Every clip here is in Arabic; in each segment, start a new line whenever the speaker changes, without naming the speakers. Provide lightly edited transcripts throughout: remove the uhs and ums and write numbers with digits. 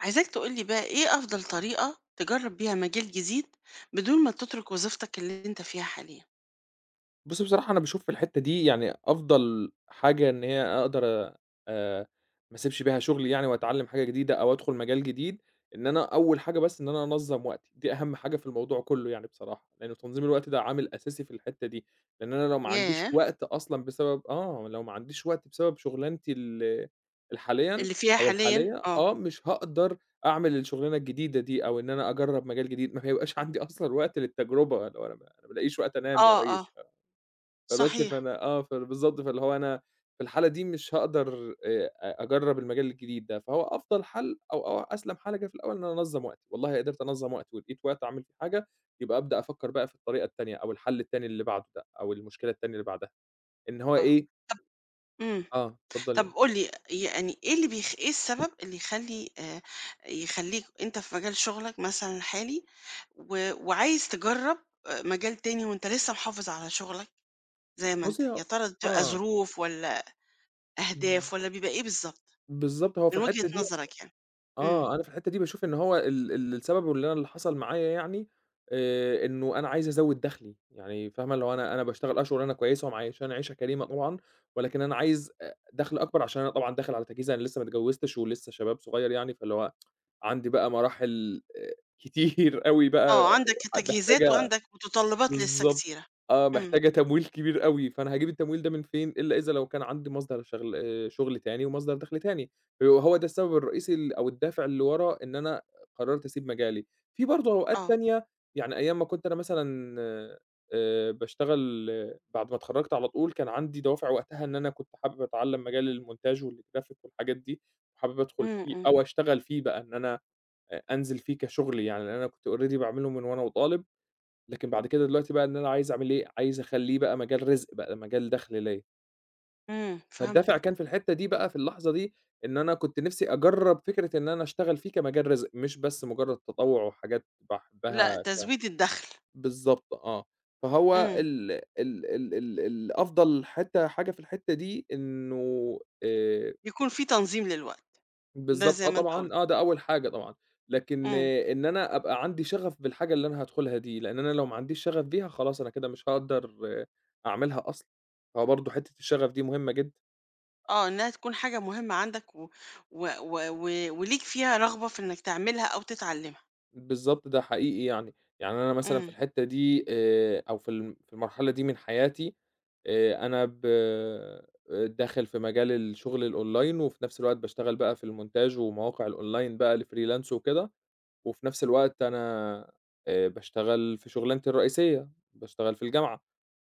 عايزاك تقول لي بقى إيه أفضل طريقة تجرّب بيها مجال جديد بدون ما تترك وظيفتك اللي أنت فيها حاليًا؟
بُصّي، بصراحة أنا باشوف في الحتّة دي يعني أفضل حاجة إن هي أقدر آآ ما أسيبش بيها شغلي يعني وأتعلّم حاجة جديدة أو أدخُل مجال جديد. إن أنا أول حاجة بس إن أنا أنظّم وقتي، دي أهَم حاجة في الموضوع كُلّه يعني بصراحة، لإن تنظيم الوقت ده عامل أساسي في الحتّة دي. لإن أنا لو ما
ياه!
عنديش وقت أصلًا بسبب لو ما عنديش وقت بسبب شُغلانتي الحاليًا
اللي فيها
أو
حاليًا،
الحالية
آه،
مش هاقدر أعمل الشُغلانة الجديدة دي أو إن أنا أجرّب مجال جديد، ما هيبقاش عندي أصلًا وقت للتجربة، اللي هو أنا ما بالاقيش وقت أنام يا
آه، آه،
ريس. فبس
صحيح،
فأنا آه، فبالضبط، فاللي هو أنا في الحالة دي مش هاقدر أ أجرّب المجال الجديد ده، فهو أفضل حل أو أسلم حل جه في الأول إن أنا أنظّم وقتي. والله قدرت أنظّم وقتي ولقيت وقت أعمل فيه حاجة، يبقى أبدأ أفكّر بقى في الطريقة التانية أو الحل التاني اللي بعده ده، أو المشكلة التانية اللي بعدها، إن هو
آه.
إيه.
طب. إمم،
اتفضّلي
طب
آه.
قُل لي يعني إيه اللي بيخ إيه السبب اللي يخلّي، يخلّيك أنت في مجال شغلك مثلًا الحالي و وعايز تجرّب، مجال تاني وأنت لسه محافظ على شغلك زي ما أنت،
بُصّي هو
يا ترى بتبقى
آه،
ظروف والّا
ب
أهداف والّا بيبقى إيه بالضبط
بالضبط، هو في
من وجهة
الحتّة دي
نظرك يعني؟ إمم.
آه، أنا في الحتّة دي باشوف إن هو ال ال السبب واللي أنا اللي حصل معايا يعني إنه أنا عايز أزوّد دخلي. يعني فاهمة؟ اللي هو أنا باشتغل شغلانة كويسة ومعيّشاني عيشة كريمة طبعًا، ولكن أنا عايز دخل أكبر عشان أنا طبعًا داخل على تجهيز، أنا لسه ما اتجوّزتش ولسه شباب صغير يعني. فاللي هو عندي بقى مراحل كتير أوي بقى
آه، عندك تجهيزات
محتاجة.
وعندك متطلبات لسه
بالضبط،
كتيرة. إمم.
محتاجة تمويل كبير أوي. فأنا هاجيب التمويل ده من فين، إلا إذا لو كان عندي مصدر شغل شغل تاني ومصدر دخل تاني، وهو ده السبب الرئيسي ال أو الدافع اللي ورا إن أنا قررت أسيب مجالي. في برضه أوقات
آه.
تانية، يعني أيام ما كنت أنا مثلًا باشتغل بعد ما اتخرجت على طول، كان عندي دوافع وقتها إن أنا كنت حابب أتعلم مجال الmontage والgraphic والحاجات دي، وحابب أدخل
إمم.
فيه
إمم.
أو أشتغل فيه بقى، إن أنا أنزل فيه كشغل يعني، لأن أنا كنت already باعمله من وأنا وطالب. لكن بعد كده دلوقتي بقى إن أنا عايز أعمل إيه، عايز أخلّيه بقى مجال رزق بقى، مجال دَخْل ليّا. فالدافع كان
فهمتك.
في الحتّة دي بقى في اللحظة دي إن أنا كنت نِفْسي أجرّب فكرة إن أنا أشتغل فيه كمجال رزق، مش بس مجرّد تطوُّع وحاجات باحبّها.
لأ، تزويد الدخل.
بالضبط، آه، فهو
إمم.
ال ال ال ال الأفضل حتّة حاجة في الحتّة دي إنه
يكون في تنظيم للوقت، ده
بالضبط،
زي ما أنت قُلت.
طبعًا، ده أول حاجة طبعًا. لكن
إمم.
إن أنا أبقى عندي شغف بالحاجة اللي أنا هادخلها دي، لإن أنا لو ما عنديش شغف بيها خلاص أنا كده مش هاقدر أعملها أصلًا. فبرضه حتّة الشغف دي مهمة جدًا.
آه، إنها تكون حاجة مهمة عندك و و و و وليك فيها رغبة في إنك تعملها أو تتعلمها.
بالضبط، ده حقيقي يعني. يعني أنا مثلًا في
إمم.
الحتّة دي أو في في المرحلة دي من حياتي أنا ب آه، داخل في مجال الشغل الأونلاين، وفي نفس الوقت باشتغل بقى في المونتاج ومواقع الأونلاين بقى الfreelance وكده. وفي نفس الوقت أنا باشتغل في شُغلانتي الرئيسية، باشتغل في الجامعة.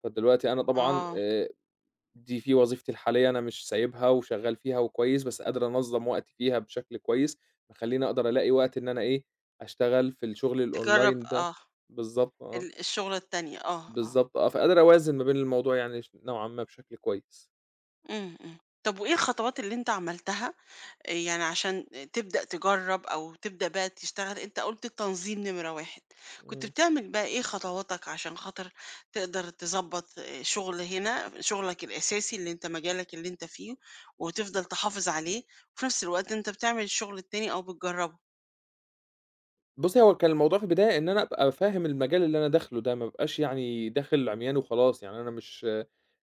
فدلوقتي أنا طبعًا
آه،
دي في وظيفتي الحالية أنا مش سايبها وشغّال فيها وكويس، بس قادر أنظّم وقتي فيها بشكل كويس، مخلّيني أقدر ألاقي وقت إن أنا إيه، أشتغل في الشغل
تجرّب،
الأونلاين ده. بالضبط،
ال الشغلة التانية، آه، آه.
فقادر أوازن ما بين الموضوع يعني نوعًا ما بشكل كويس.
إمم، إمم. طب وإيه الخطوات اللي أنت عملتها يعني عشان تبدأ تجرب أو تبدأ بقى تشتغل. أنت قلت التنظيم نمرة واحد. كنت
إمم.
بتعمل بقى إيه خطواتك عشان خاطر تقدر تظبط شغل هنا شغلك الأساسي اللي أنت مجالك اللي أنت فيه، وتفضل تحافظ عليه وفي نفس الوقت أنت بتعمل الشغل التاني أو بتجربه.
بُصّي، هو كان الموضوع في البداية إن أنا أبقى فاهم المجال اللي أنا داخله ده، ما ابقاش يعني داخل عميان وخلاص. يعني أنا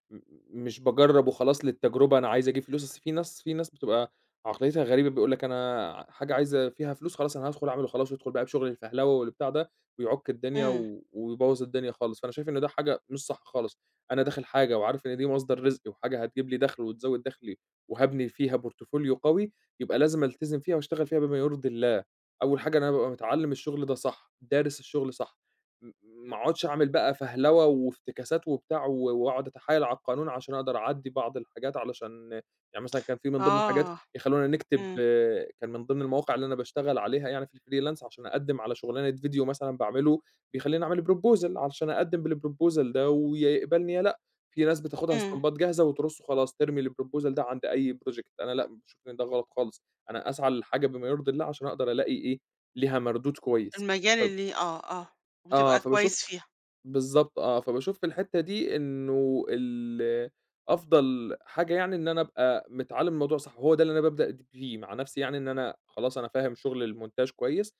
م مش باجرّب وخلاص للتجربة، أنا عايز أجيب فلوس. أصل في ناس بتبقى عقليتها غريبة بيقول لك أنا حاجة عايزة فيها فلوس خلاص أنا هادخل أعمل وخلاص، ويدخل بقى بشغل الفهلوة والبتاع ده ويعُك الدنيا
امم.
ويبوّظ الدنيا خالص. فأنا شايف إن ده حاجة مش صح خالص. أنا داخل حاجة وعارف إن دي مصدر رزقي وحاجة هتجيب لي دخْل وتزوّد دخلي وهابني فيها portfolio قوي، يبقى لازم ألتزم فيها وأشتغل فيها بما يرضي الله. أول حاجة إن أنا بابقى متعلّم الشغل ده صح، دارس الشغل صح. ما اقعدش أعمل بقى فهلوة وافتكاسات وبتاع و واقعد أتحايل على القانون عشان أقدر أعدّي بعض الحاجات علشان يعني مثلًا كان في من ضمن الحاجات
آه.
يخلّونا نكتب
امم.
كان من ضمن المواقع اللي أنا باشتغل عليها يعني في الfreelance عشان أقدّم على شغلانة فيديو مثلًا باعمله، بيخلّيني أعمل proposal علشان أقدّم بالproposal ده، ويا يقبلني يا لأ. في ناس بتاخدها
امم.
استمبات جاهزة وترصه خلاص ترمي الproposal ده عند أي project، أنا لأ، باشوف إن ده غلط خالص. أنا أسعى للحاجة بما يرضي الله عشان أقدر ألاقي إيه، ليها مردود كويس.
المجال
ف
اللي
آه،
وبتبقى
فباشوف
كويس فيها.
بالضبط آه، فباشوف في الحتّة دي إنه أفضل حاجة يعني إن أنا أبقى متعلّم الموضوع صح. وهو ده اللي أنا بابدأ فيه مع نَفْسي يعني إن أنا خلاص أنا فاهم شُغل الmontage كويس،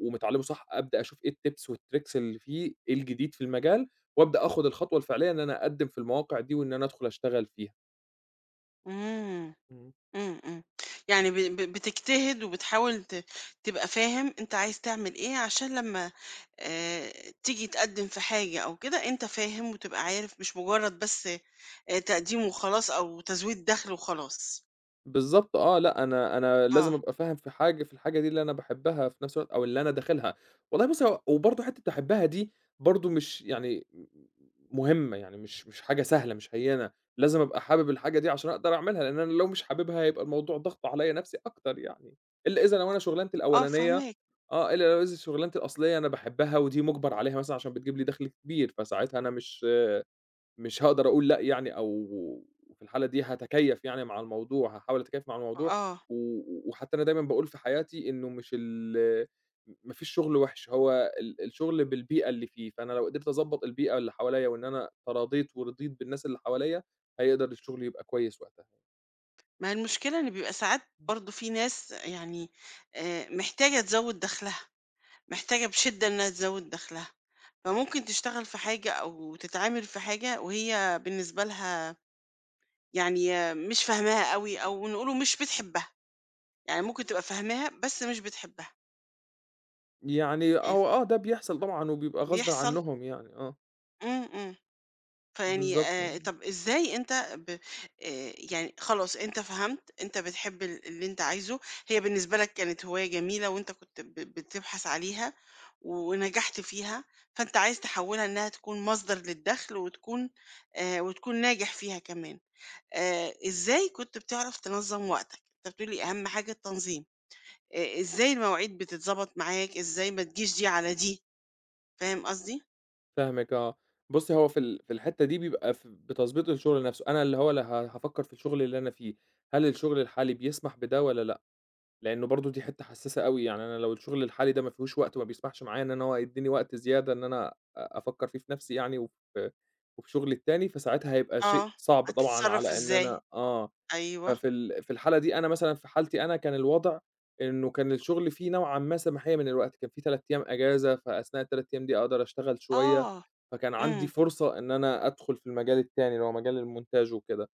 ومتعلّمه صح. أبدأ أشوف إيه الtips والtricks اللي فيه، إيه الجديد في المجال، وأبدأ آخُد الخطوة الفعلية إن أنا أقدّم في المواقع دي وإن أنا أدخُل أشتغل فيها.
امم.
إمم.
إمم، إمم. يعني، ب ب بتجتهد وبتحاول، تبقى فاهم أنت عايز تعمل إيه عشان لمّا، آآ تيجي تقدّم في حاجة أو كده، أنت فاهم وتبقى عارف مش مجرّد بس، تقديم وخلاص أو تزويد دخل وخلاص.
بالضبط، لأ أنا
آه،
لازم أبقى فاهم في حاجة في الحاجة دي اللي أنا باحبها في نفس الوقت أو اللي أنا داخلها. والله بُصّ، هو وبرضه حتّة باحبها دي برضه مش يعني مهمة. يعني مش حاجة سهلة مش هيّنة. لازم أبقى حابب الحاجة دي عشان أقدر أعملها، لإن أنا لو مش حاببها هيبقى الموضوع ضغط عليّا نفسي أكتر يعني. إلّا إذا لو أنا شغلانتي
آه،
الأولانية
فاهماك،
إلّا لو إذا شغلانتي الأصلية أنا باحبها ودي مُجبر عليها مثلًا عشان بتجيب لي دخل كبير، فساعتها أنا مش هاقدر أقول لأ يعني. أو في الحالة دي هاتكيّف يعني مع الموضوع، هاحاول أتكيّف مع الموضوع
آه.
و وحتى أنا دايمًا باقول في حياتي إنه مش ال ما فيش شغل وِحِش. هو الشغل بالبيئة اللي فيه. فأنا لو قدرت أضبّط البيئة اللي حواليّا وإن أنا تراضيت ورضيت بالناس اللي حواليّا، هيقدر الشغل يبقى كويس وقتها.
ما هي المشكلة إن بيبقى ساعات برضه في ناس يعني، محتاجة تزوّد دخلها، محتاجة بشِدّة إنها تزوّد دخلها، فممكن تشتغل في حاجة أو تتعامل في حاجة وهي بالنسبة لها يعني، مش فاهماها أوي أو نقوله مش بتحبها، يعني ممكن تبقى فاهماها بس مش بتحبها،
يعني
يعني
هو ده بيحصل طبعًا وبيبقى غصبٍ
بيحصل.
عنّهم يعني. آه،
إمم، إمم. فيعني،
بالضبط.
طَب إزاي أنت، ب يعني خلاص أنت فهمت، أنت بتحب اللي أنت عايزه، هي بالنسبة لك كانت هواية جميلة وأنت كنت بتبحث عليها ونجحت فيها، فأنت عايز تحوّلها إنها تكون مصدر للدخل وتكون، وتكون ناجح فيها كمان. إزاي كنت بتعرف تنظّم وقتك؟ أنت بتقول لي أهم حاجة التنظيم. إزاي المواعيد بتتضبط معاك، إزاي ما تجيش دي على دي، فاهم قصدي؟
فاهمِك. بُصّي، هو في ال في الحتّة دي بيبقى بتضبيط الشغل نَفْسه. أنا اللي هو ل ه هافكّر في الشغل اللي أنا فيه، هل الشغل الحالي بيسمح بده والّا لأ؟ لإنه برضه دي حتّة حسّاسة أوي. يعني أنا لو الشغل الحالي ده ما فيهوش وقت وما بيسمحش معايا إن أنا هو يدّيني وقت زيادة إن أنا أفكّر فيه في نَفْسي يعني وفي شغلي التاني، فساعتها هيبقى شيء
آه،
صعب طبعًا
هتتصرّف
على إن
إزاي؟
أنا.
أيوه.
ففي في الحالة دي أنا مثلًا في حالتي أنا كان الوضع إنه كان الشغل فيه نوعًا ما سماحية من الوقت، كان في 3 أيام أجازة، فأثناء ال3 أيام دي أقدر أشتغل شوية.
آه.
فكان عندي
إمم.
فرصة إن أنا أدخل في المجال التاني اللي هو مجال الmontage وكده.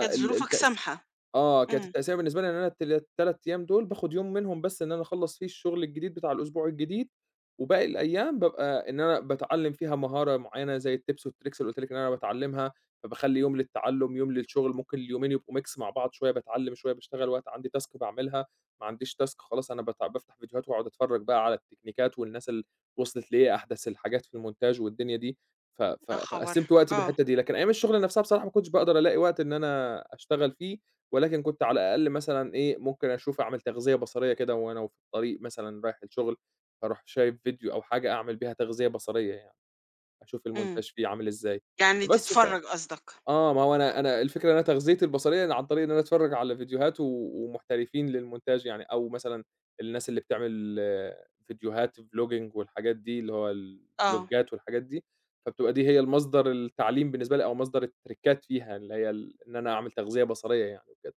كانت
ال
ظروفك
التأث
سامحة.
آه، كانت
إمم.
التأثيرة بالنسبة لي إن أنا ال3 أيام دول باخد يوم منهم بس إن أنا أخلّص فيه الشغل الجديد بتاع الأسبوع الجديد، وباقي الأيام بابقى إن أنا باتعلّم فيها مهارة معيّنة زي الtips والtricks اللي قُلت لِك إن أنا باتعلّمها. فباخلّي يوم للتعلُّم، يوم للشغل، ممكن اليومين يبقوا mix مع بعض، شوية باتعلّم، شوية باشتغل، وقت عندي task باعملها، ما عنديش task خلاص أنا بافتح فيديوهات واقعد أتفرّج بقى على التكنيكات والناس اللي وصلت لإيه، أحدث الحاجات في المونتاج والدنيا دي. ف ف
يا خبر!
فقسّمت وقتي
آه.
بالحتّة دي. لكن أيام الشغل نفْسها بصراحة ما كنتش باقدر ألاقي وقت إن أنا أشتغل فيه. ولكن كنت على الأقل مثلًا إيه، ممكن أشوف أعمل تغذية بصرية كده وأنا وفي الطريق مثلًا رايح الشغل، أروح شايف فيديو أو حاجة أعمل بيها تغذية بصرية يعني، أشوف
إمم.
المونتاج فيه عامل إزاي.
يعني
بس ف
تتفرّج قصدك.
آه، ما هو أنا الفكرة إن أنا تغذيتي البصرية عن طريق إن أنا أتفرّج على فيديوهات ومحترفين للمونتاج يعني، أو مثلًا الناس اللي بتعمل فيديوهات vlogging والحاجات دي، اللي هو
آه.
الفلوجات والحاجات دي. فبتبقى دي هي المصدر التعليم بالنسبة لي أو مصدر التريكات فيها، اللي هي إن أنا أعمل تغذية بصرية يعني وكده.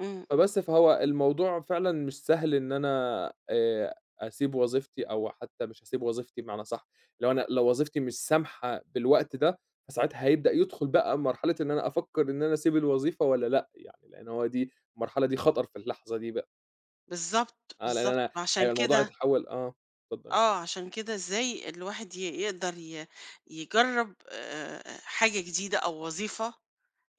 إمم، إمم.
فبس، فهو الموضوع فعلًا مش سهل إن أنا أسيب وظيفتي أو حتى مش هاسيب وظيفتي بمعنى صح، لو أنا لو وظيفتي مش سامحة بالوقت ده، فساعتها هيبدأ يدخل بقى مرحلة إن أنا أفكّر إن أنا أسيب الوظيفة والّا لأ يعني. لإن هو دي المرحلة دي خطر في اللحظة دي بقى.
بالضبط،
آه، لإن
بالضبط.
أنا
ما عشان
هيبقى الموضوع
كده،
هيتحوّل اتفضّل.
آه، عشان كده إزاي الواحد، يقدر، يجرّب، حاجة جديدة أو وظيفة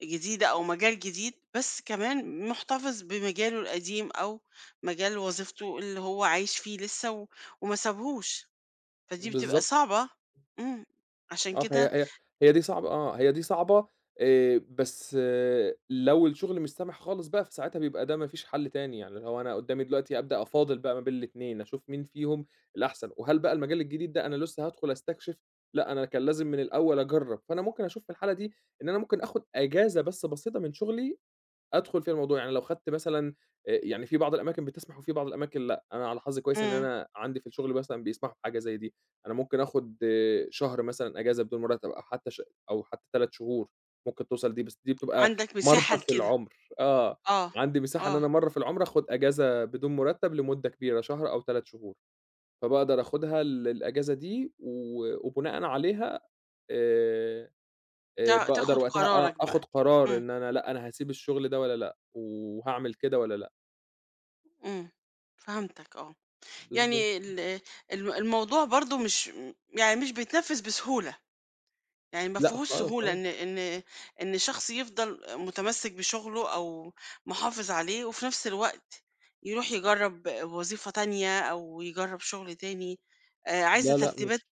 جديدة أو مجال جديد، بس كمان مُحتفظ بمجاله القديم أو مجال وظيفته اللي هو عايش فيه لسه و وما سابهوش، فدي بتبقى
بالضبط.
صعبة. إمم. عشان
آه، فهي
كده.
هي هي دي صعبة، بس لو الشغل مش سامح خالص بقى، فساعتها بيبقى ده ما فيش حل تاني. يعني اللي هو أنا قدّامي دلوقتي أبدأ أفاضل بقى ما بين الاتنين، أشوف مين فيهم الأحسن، وهل بقى المجال الجديد ده أنا لسه هادخل أستكشف، لأ أنا كان لازم من الأول أجرّب. فأنا ممكن أشوف في الحالة دي إن أنا ممكن آخد أجازة بس بسيطة من شغلي أدخل في الموضوع، يعني لو خدت مثلًا يعني في بعض الأماكن بتسمح وفي بعض الأماكن لأ. أنا على حظي كويس إن
إمم،
أنا عندي في الشغل مثلًا بيسمحوا بحاجة زي دي. أنا ممكن آخُد شهر مثلًا إجازة بدون مرتب أو حتى أو حتى 3 شهور ممكن توصل دي، بس دي بتبقى
عندك مساحة
مرّة في
لكده.
العُمر. آه،
آه.
عندي مساحة إن
آه،
أنا مرّة في العُمر آخُد إجازة بدون مرتب لمدة كبيرة، شهر أو 3 شهور. فباقدر آخُدها الإجازة دي وبناءً عليها آآ باقدر
تاخد
وقتها
قرارك بقى.
آخُد قرار
إمم،
إن أنا لأ، أنا هاسيب الشغل ده والّا لأ، وهاعمل كده والّا لأ.
إمم، فهمتك، آه.
بالضبط.
يعني ال الم الموضوع برضه مش، يعني مش بيتنفّذ بسهولة. يعني ما
لأ
فيهوش
خالص
سهولة، إن شخص يفضل متمسك بشغله أو محافظ عليه وفي نفس الوقت يروح يجرب وظيفة تانية أو يجرب شغل تاني، آه،
لا، لأ، مش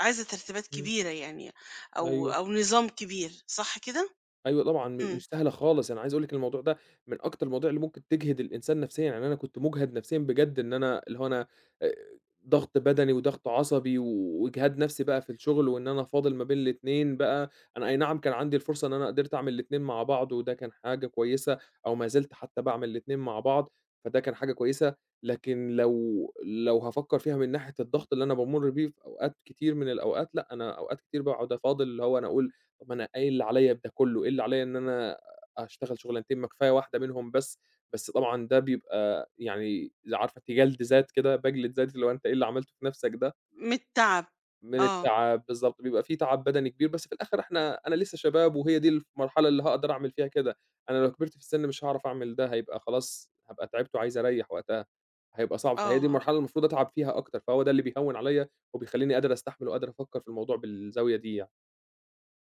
عايزة ترتيبات
إمم،
كبيرة يعني، أو
أيوه.
أو نظام كبير صح كده؟
أيوه طبعًا،
امم.
مش سهلة خالص. أنا عايز أقول لِك الموضوع ده من أكتر المواضيع اللي ممكن تجهد الإنسان نفسيًا. يعني أنا كنت مُجهد نفسيًا بجد، إن أنا اللي هو أنا آآ ضغط بدني وضغط عصبي وإجهاد نفسي بقى في الشغل، وإن أنا فاضل ما بين الاتنين بقى. أنا أي نعم كان عندي الفرصة إن أنا قدرت أعمل الاتنين مع بعض، وده كان حاجة كويسة، أو ما زلت حتى باعمل الاتنين مع بعض، فده كان حاجة كويسة. لكن لو هافكّر فيها من ناحية الضغط اللي أنا بامُر بيه في أوقات كتير من الأوقات، لأ، أنا أوقات كتير باقعد أفاضل. اللي هو أنا أقول طب ما أنا إيه اللي عليّا بده كلّه، إيه اللي عليّا إن أنا أشتغل شغلانتين، ما كفاية واحدة منهم بس. بس طبعًا ده بيبقى يعني عارفة أنتِ جلد ذات كده، باجلد ذاتي اللي هو أنت إيه اللي عملته في نَفْسك ده،
من التعب.
من
اه،
التعب. بالضبط، بيبقى في تعب بدني كبير. بس في الآخر أنا لسه شباب وهي دي المرحلة اللي هاقدر أعمل فيها كده. أنا لو كبرت في السِن مش هاعرف أعمل ده، هيبقى خلاص هابقى تعبت وعايز أريّح وقتها، هيبقى صعب. فهي دي
اه،
المرحلة اللي المفروض أتعب فيها أكتر، فهو ده اللي بيهوّن عليّا وبيخلّيني قادر أستحمل وقادر أفكّر في الموضوع بالزاوية دي يعني.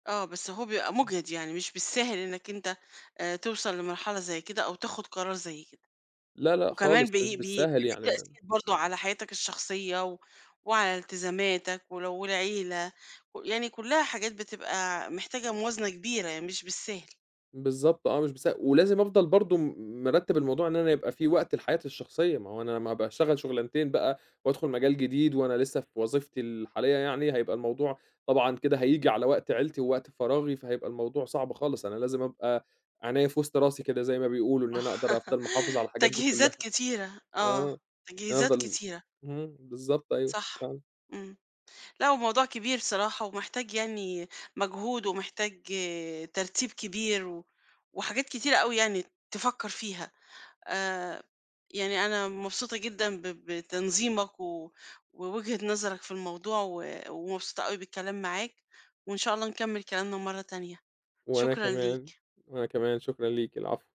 اه، بس هو بيبقى مجهد يعني مش بالسهل إنك أنت، توصل لمرحلة زي كده أو تاخد قرار زي كده.
لا، لأ
وكمان،
خالص مش
بيبقى
بالساهل
في
يعني.
تأثير برضه على حياتك الشخصية و وعلى التزاماتك ولو العيلة، يعني كلّها حاجات بتبقى محتاجة موازنة كبيرة، يعني مش بالسهل.
بالضبط، مش بس ولازم أفضل برضه مرتّب الموضوع إن أنا يبقى في وقت لحياتي الشخصية. ما هو أنا لمّا أبقى أشتغل شغلانتين بقى وأدخل مجال جديد وأنا لسه في وظيفتي الحالية يعني، هيبقى الموضوع طبعًا كده هييجي على وقت عيلتي ووقت فراغي. فهيبقى الموضوع صعب خالص، أنا لازم أبقى عينيّا في وسط راسي كده زي ما بيقولوا، إن أنا أقدر أفضل محافظ على
آه،
الحاجات دي
تجهيزات
كلّها.
كتيرة،
آه،
آه،
إن أنا
تجهيزات
أفضل.
كتيرة،
إمم، بالضبط، أيوه.
صح.
فعلًا.
إمم. لأ، هو موضوع كبير بصراحة ومحتاج يعني مجهود ومحتاج، ترتيب كبير و وحاجات كتيرة أوي يعني تفكّر فيها. آه، يعني أنا مبسوطة جدًا بتنظيمك و ووجهة نظرك في الموضوع و ومبسوطة أوي بالكلام معاك، وإن شاء الله نكمل كلامنا مرة تانية.
وأنا
شكرًا
كمان.
ليك.
وأنا كمان شكرًا ليكِ، العفو.